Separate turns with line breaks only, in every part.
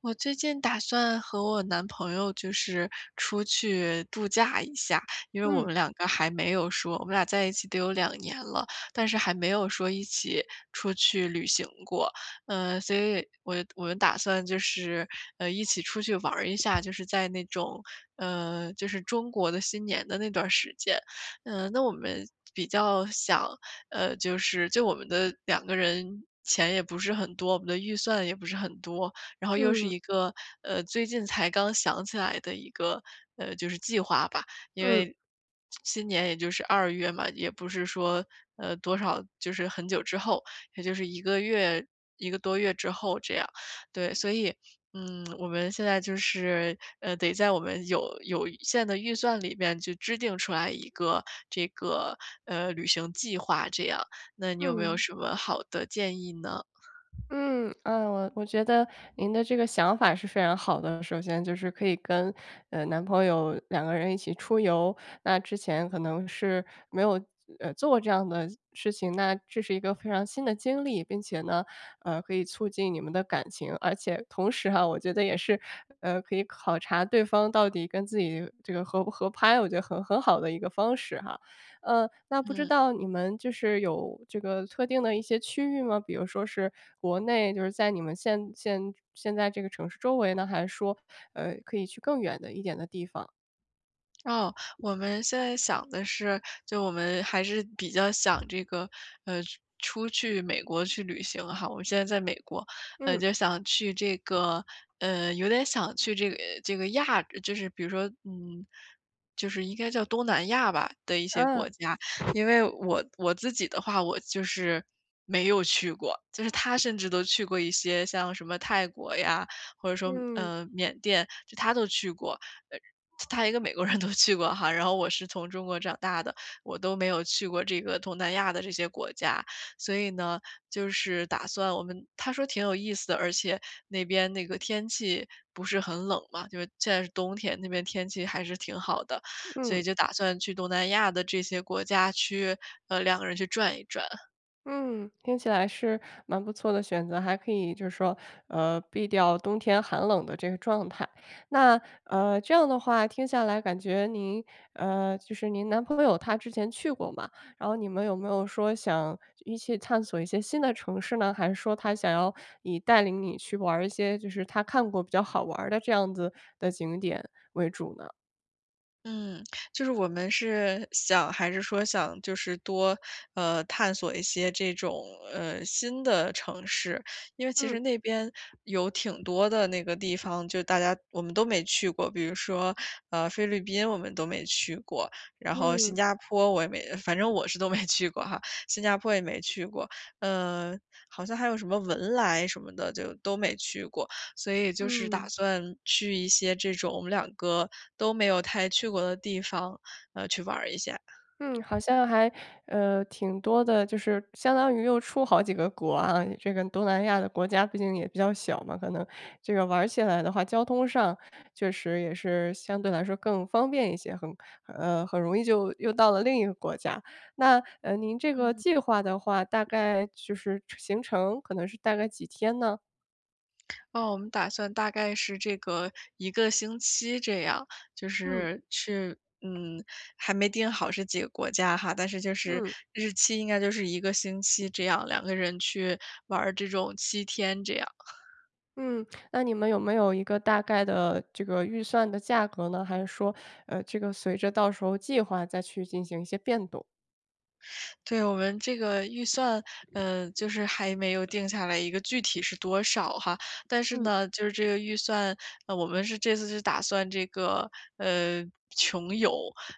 我最近打算和我男朋友就是出去度假一下，因为我
嗯
们两个还没有说我们俩在一起得有2年了，但是还没有说一起出去旅行过。所以我们打算就是，一起出去玩儿一下，就是在那种，就是中国的新年的那段儿时间。那我们比较想，就是我们的两个人钱也不是很多，我们的预算也不是很多，然后又是
嗯
一个，最近才刚想起来的一个，就是计划吧。因
嗯
为新年也就是2月嘛，也不是说，多少就是很久之后，也就是一个月一个多月之后这样。对，所以，我们现在就是，得在我们有限的预算里面就制定出来一个这个，旅行计划这样，那你有没有
嗯
什么好的建议呢？
嗯，啊，我觉得您的这个想法是非常好的。首先就是可以跟，男朋友两个人一起出游，那之前可能是没有，做过这样的事情，那这是一个非常新的经历，并且呢，可以促进你们的感情。而且同时哈，我觉得也是，可以考察对方到底跟自己这个合不合拍，我觉得很好的一个方式哈。那不知
嗯。
道你们就是有这个特定的一些区域吗？比如说是国内，就是在你们现在这个城市周围呢，还是说，可以去更远的一点的地方？
哦，我们现在想的是，就我们还是比较想这个，呃，出去美国去旅行哈。我们现在在美国，
嗯，
就想去这个，有点想去这个亚，就是比如说，就是应该叫东南亚吧的一些
啊，
国家。因为我自己的话，我就是没有去过，就是他甚至都去过一些像什么泰国呀，或者说
嗯，
缅甸，就他都去过。呃他一个美国人都去过哈，然后我是从中国长大的，我都没有去过这个东南亚的这些国家，所以呢，就是打算我们他说挺有意思的，而且那边那个天气不是很冷嘛，就是现在是冬天，那边天气还是挺好的，所以
嗯。
就打算去东南亚的这些国家去，两个人去转一转。
嗯，听起来是蛮不错的选择，还可以就是说，避掉冬天寒冷的这个状态。那这样的话听下来感觉您就是您男朋友他之前去过嘛，然后你们有没有说想一起探索一些新的城市呢？还是说他想要以带领你去玩儿一些就是他看过比较好玩儿的这样子的景点为主呢？
嗯，就是我们是想还是说想就是多，探索一些这种，新的城市。因为其
嗯
实那边有挺多的那个地方，就大家我们都没去过，比如说，菲律宾我们都没去过，然后新
嗯
加坡我也没反正我是都没去过哈，新加坡也没去过，呃，好像还有什么文莱什么的就都没去过。所以就是打
嗯。
算去一些这种我们两个都没有太去过的地方，去玩儿一下。
嗯，好像还，挺多的，就是相当于又出好几个国啊。这个东南亚的国家毕竟也比较小嘛，可能这个玩儿起来的话，交通上确实也是相对来说更方便一些，很容易就又到了另一个国家。那，您这个
嗯，
计划的话，大概就是行程可能是大概几天呢？
哦，我们打算大概是这个一个星期这样，就
嗯
是去嗯，还没定好是几个国家哈，但是就是
嗯。
日期应该就是一个星期这样，两个人去玩儿这种七天这样。
嗯，那你们有没有一个大概的这个预算的价格呢？还是说，这个随着到时候计划再去进行一些变动？
对，我们这个预算，就是还没有定下来一个具体是多少哈，但是
嗯。
呢，就是这个预算，我们是这次是打算这个，呃，穷游，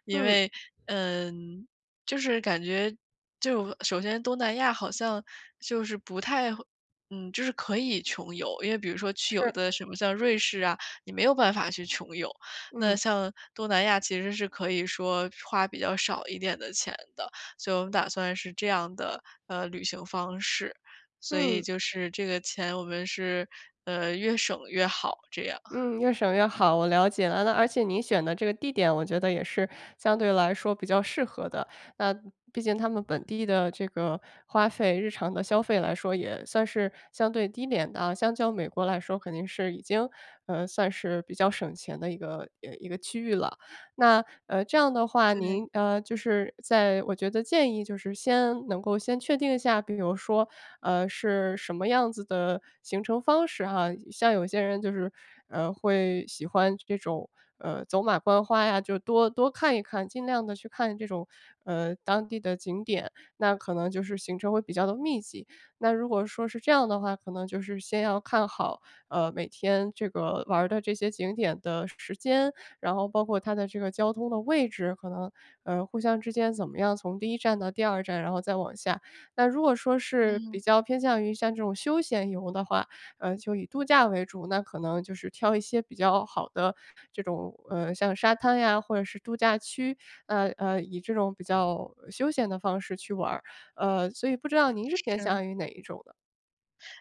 因
嗯，
为，嗯，就是感觉就首先东南亚好像就是不太会就是可以穷游，因为比如说去有
是，
的什么像瑞士啊，你没有办法去穷游，那
嗯，
像东南亚其实是可以说花比较少一点的钱的。所以我们打算是这样的，旅行方式。所以
嗯，
就是这个钱我们是，越省越好这样。
嗯，越省越好，我了解了。那而且您选的这个地点，我觉得也是相对来说比较适合的。那毕竟他们本地的这个花费，日常的消费来说也算是相对低廉的啊，相较美国来说肯定是已经，算是比较省钱的一个一个区域了。那，这样的话，
对，
您，就是在我觉得建议就是先能够先确定一下，比如说，是什么样子的行程方式哈。像有些人就是，会喜欢这种，走马观花呀，就多多看一看，尽量的去看这种，当地的景点，那可能就是行程会比较的密集。那如果说是这样的话，可能就是先要看好，每天这个玩儿的这些景点的时间，然后包括它的这个交通的位置，可能，互相之间怎么样从第一站到第二站，然后再往下。那如果说是
嗯，
比较偏向于像这种休闲游的话，就以度假为主，那可能就是挑一些比较好的这种，像沙滩呀，或者是度假区，以这种比较休闲的方式去玩儿。所以不知道您是偏
是。
向于哪一种的？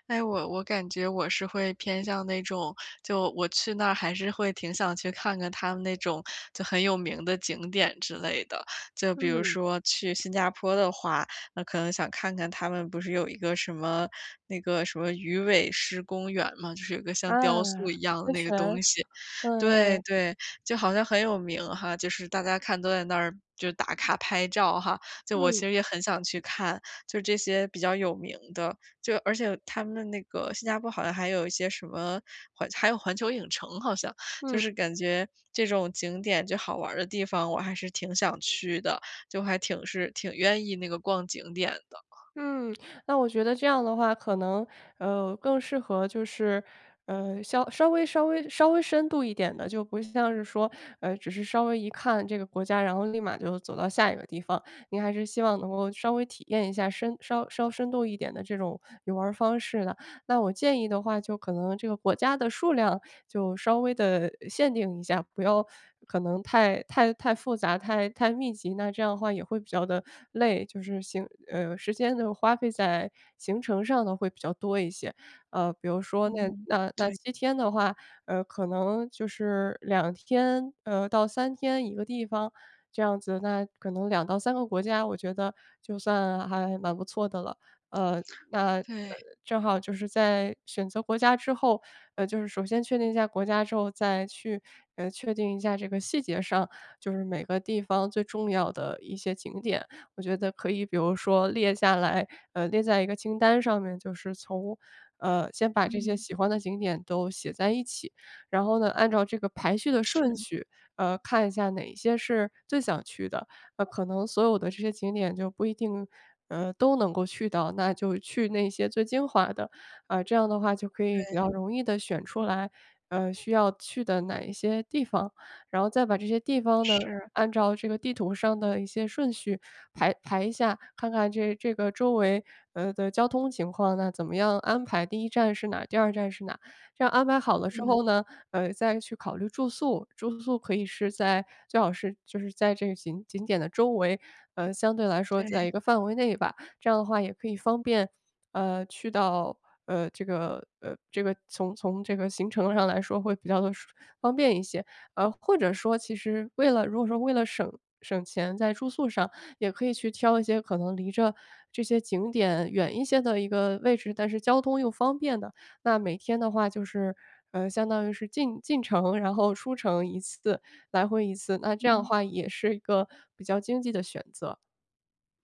哎，我感觉我是会偏向那种，就我去那儿还是会挺想去看看他们那种就很有名的景点之类的。就比如
嗯，
说去新加坡的话，那可能想看看他们不是有一个什么那个什么鱼尾狮公园嘛，就是有个像
啊。
雕塑一样的
温
那个
泉，
东西。
嗯
对
嗯。
对，就好像很有名哈，就是大家看都在那儿就打卡拍照哈，就我其
嗯，
实也很想去看，就这些比较有名的，就而且他们那个新加坡好像还有一些什么还有环球影城，好像就
嗯。
是感觉这种景点就好玩儿的地方，我还是挺想去的，就是挺愿意那个逛景点的。
嗯，那我觉得这样的话，可能，更适合就是，稍微深度一点的，就不像是说，只是稍微一看这个国家，然后立马就走到下一个地方。您还是希望能够稍微体验一下深稍稍深度一点的这种游玩儿方式的。那我建议的话，就可能这个国家的数量就稍微的限定一下，不要可能太复杂、太密集，那这样的话也会比较的累，就是时间的花费在行程上的会比较多一些。比如说那
嗯，
那那
对
七天的话，可能就是两天，到三天一个地方，这样子，那可能两到三个国家，我觉得就算还蛮不错的了。呃，那，
对，
正好就是在选择国家之后，就是首先确定一下国家之后，再去，确定一下这个细节上，就是每个地方最重要的一些景点。我觉得可以比如说列下来，列在一个清单上面，就是从先把这些
嗯，
喜欢的景点都写在一起，然后呢，按照这个排序的
是
顺序，看一下哪一些是最想去的，可能所有的这些景点就不一定，都能够去到，那就去那些最精华的。啊，这样的话就可以比较容易的选出来，需要去的哪一些地方，然后再把这些地方呢，
是，
按照这个地图上的一些顺序排一下，看看这个周围，的交通情况那怎么样安排第一站是哪，第二站是哪。这样安排好了之
嗯，
后呢，再去考虑住宿。住宿可以是在最好是就是在这个景点的周围，相对来说
对，
在一个范围内吧。这样的话也可以方便，去到这个从这个行程上来说会比较的方便一些。或者说其实为了如果说为了省钱在住宿上，也可以去挑一些可能离着这些景点远一些的一个位置，但是交通又方便的。那每天的话就是，相当于是进城，然后出城一次，来回一次，那这样的
嗯。
话也是一个比较经济的选择。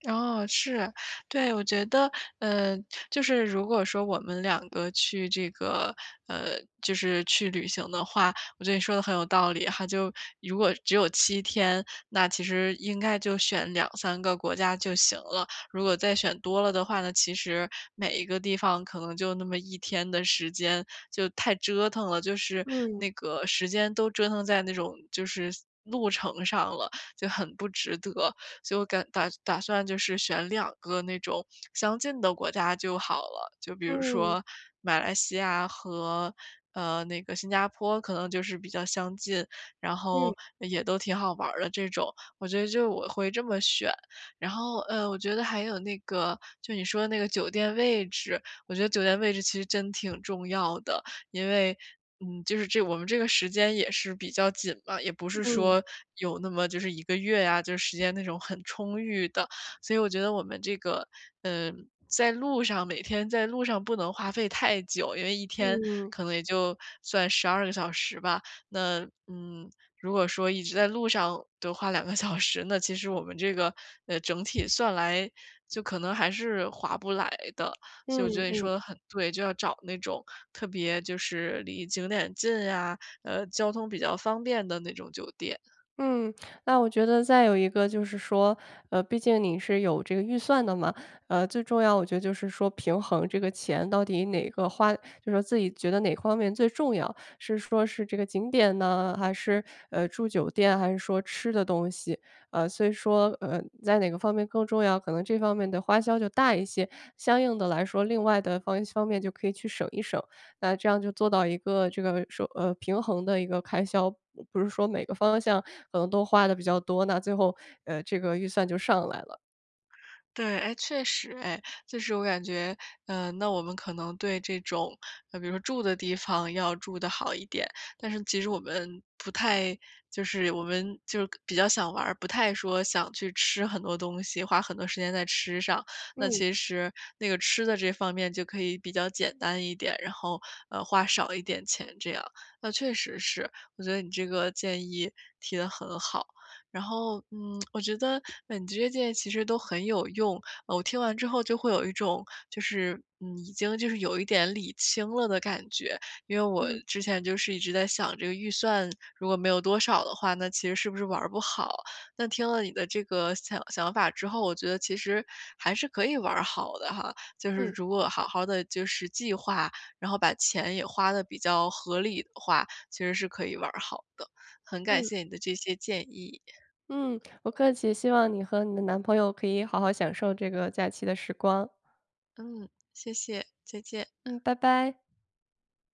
哦，是。对，我觉得，呃，就是如果说我们两个去这个，呃，就是去旅行的话，我觉得你说的很有道理哈。就如果只有七天，那其实应该就选两三个国家就行了。如果再选多了的话呢，其实每一个地方可能就那么一天的时间，就太折腾了，就是
嗯，
那个时间都折腾在那种就是路程上了，就很不值得。所以我敢打算就是选两个那种相近的国家就好了。就比如
嗯，
说马来西亚和那个新加坡可能就是比较相近，然
嗯，
后也都挺好玩儿的这种，我觉得就我会这么选。然后，我觉得还有那个，就你说的那个酒店位置，我觉得酒店位置其实真挺重要的。因为，就是这我们这个时间也是比较紧嘛，也不是
嗯，
说有那么就是一个月呀，就是时间那种很充裕的。所以我觉得我们这个，在路上每天在路上不能花费太久，因为一天
嗯，
可
嗯
能也就算12个小时吧。那，嗯，如果说一直在路上得花2个小时，那其实我们这个，整体算来就可能还是划不来的。所以我觉得
嗯。
你说的很对，就要找那种特别就是离景点近呀，交通比较方便的那种酒店。
嗯，那我觉得再有一个就是说，毕竟你是有这个预算的嘛，最重要我觉得就是说平衡这个钱到底哪个花，就是说自己觉得哪方面最重要，是说是这个景点呢，还是住酒店，还是说吃的东西，所以说在哪个方面更重要，可能这方面的花销就大一些，相应的来说，另外的方面就可以去省一省。那这样就做到一个这个说，平衡的一个开销，不是说每个方向可能都花的比较多，那最后，这个预算就上来了。
对，哎，确实，哎，就是我感觉，那我们可能对这种，比如说住的地方要住的好一点，但是其实我们不太，就是我们就是比较想玩儿，不太说想去吃很多东西，花很多时间在吃上。那
嗯，
其实那个吃的这方面就可以比较简单一点，然后花少一点钱这样。那确实是，我觉得你这个建议提的很好。然后，我觉得本职业界其实都很有用，我听完之后就会有一种就是，已经就是有一点理清了的感觉。因为我
嗯，
之前就是一直在想这个预算如果没有多少的话，那其实是不是玩儿不好？那听了你的这个想法之后，我觉得其实还是可以玩儿好的哈，就是
嗯，
如果好好的就是计划，然后把钱也花的比较合理的话，其实是可以玩儿好的。很感
嗯，
谢你的这些建议。
嗯，不客气，希望你和你的男朋友可以好好享受这个假期的时光。
嗯，谢谢，再见。
嗯，拜拜。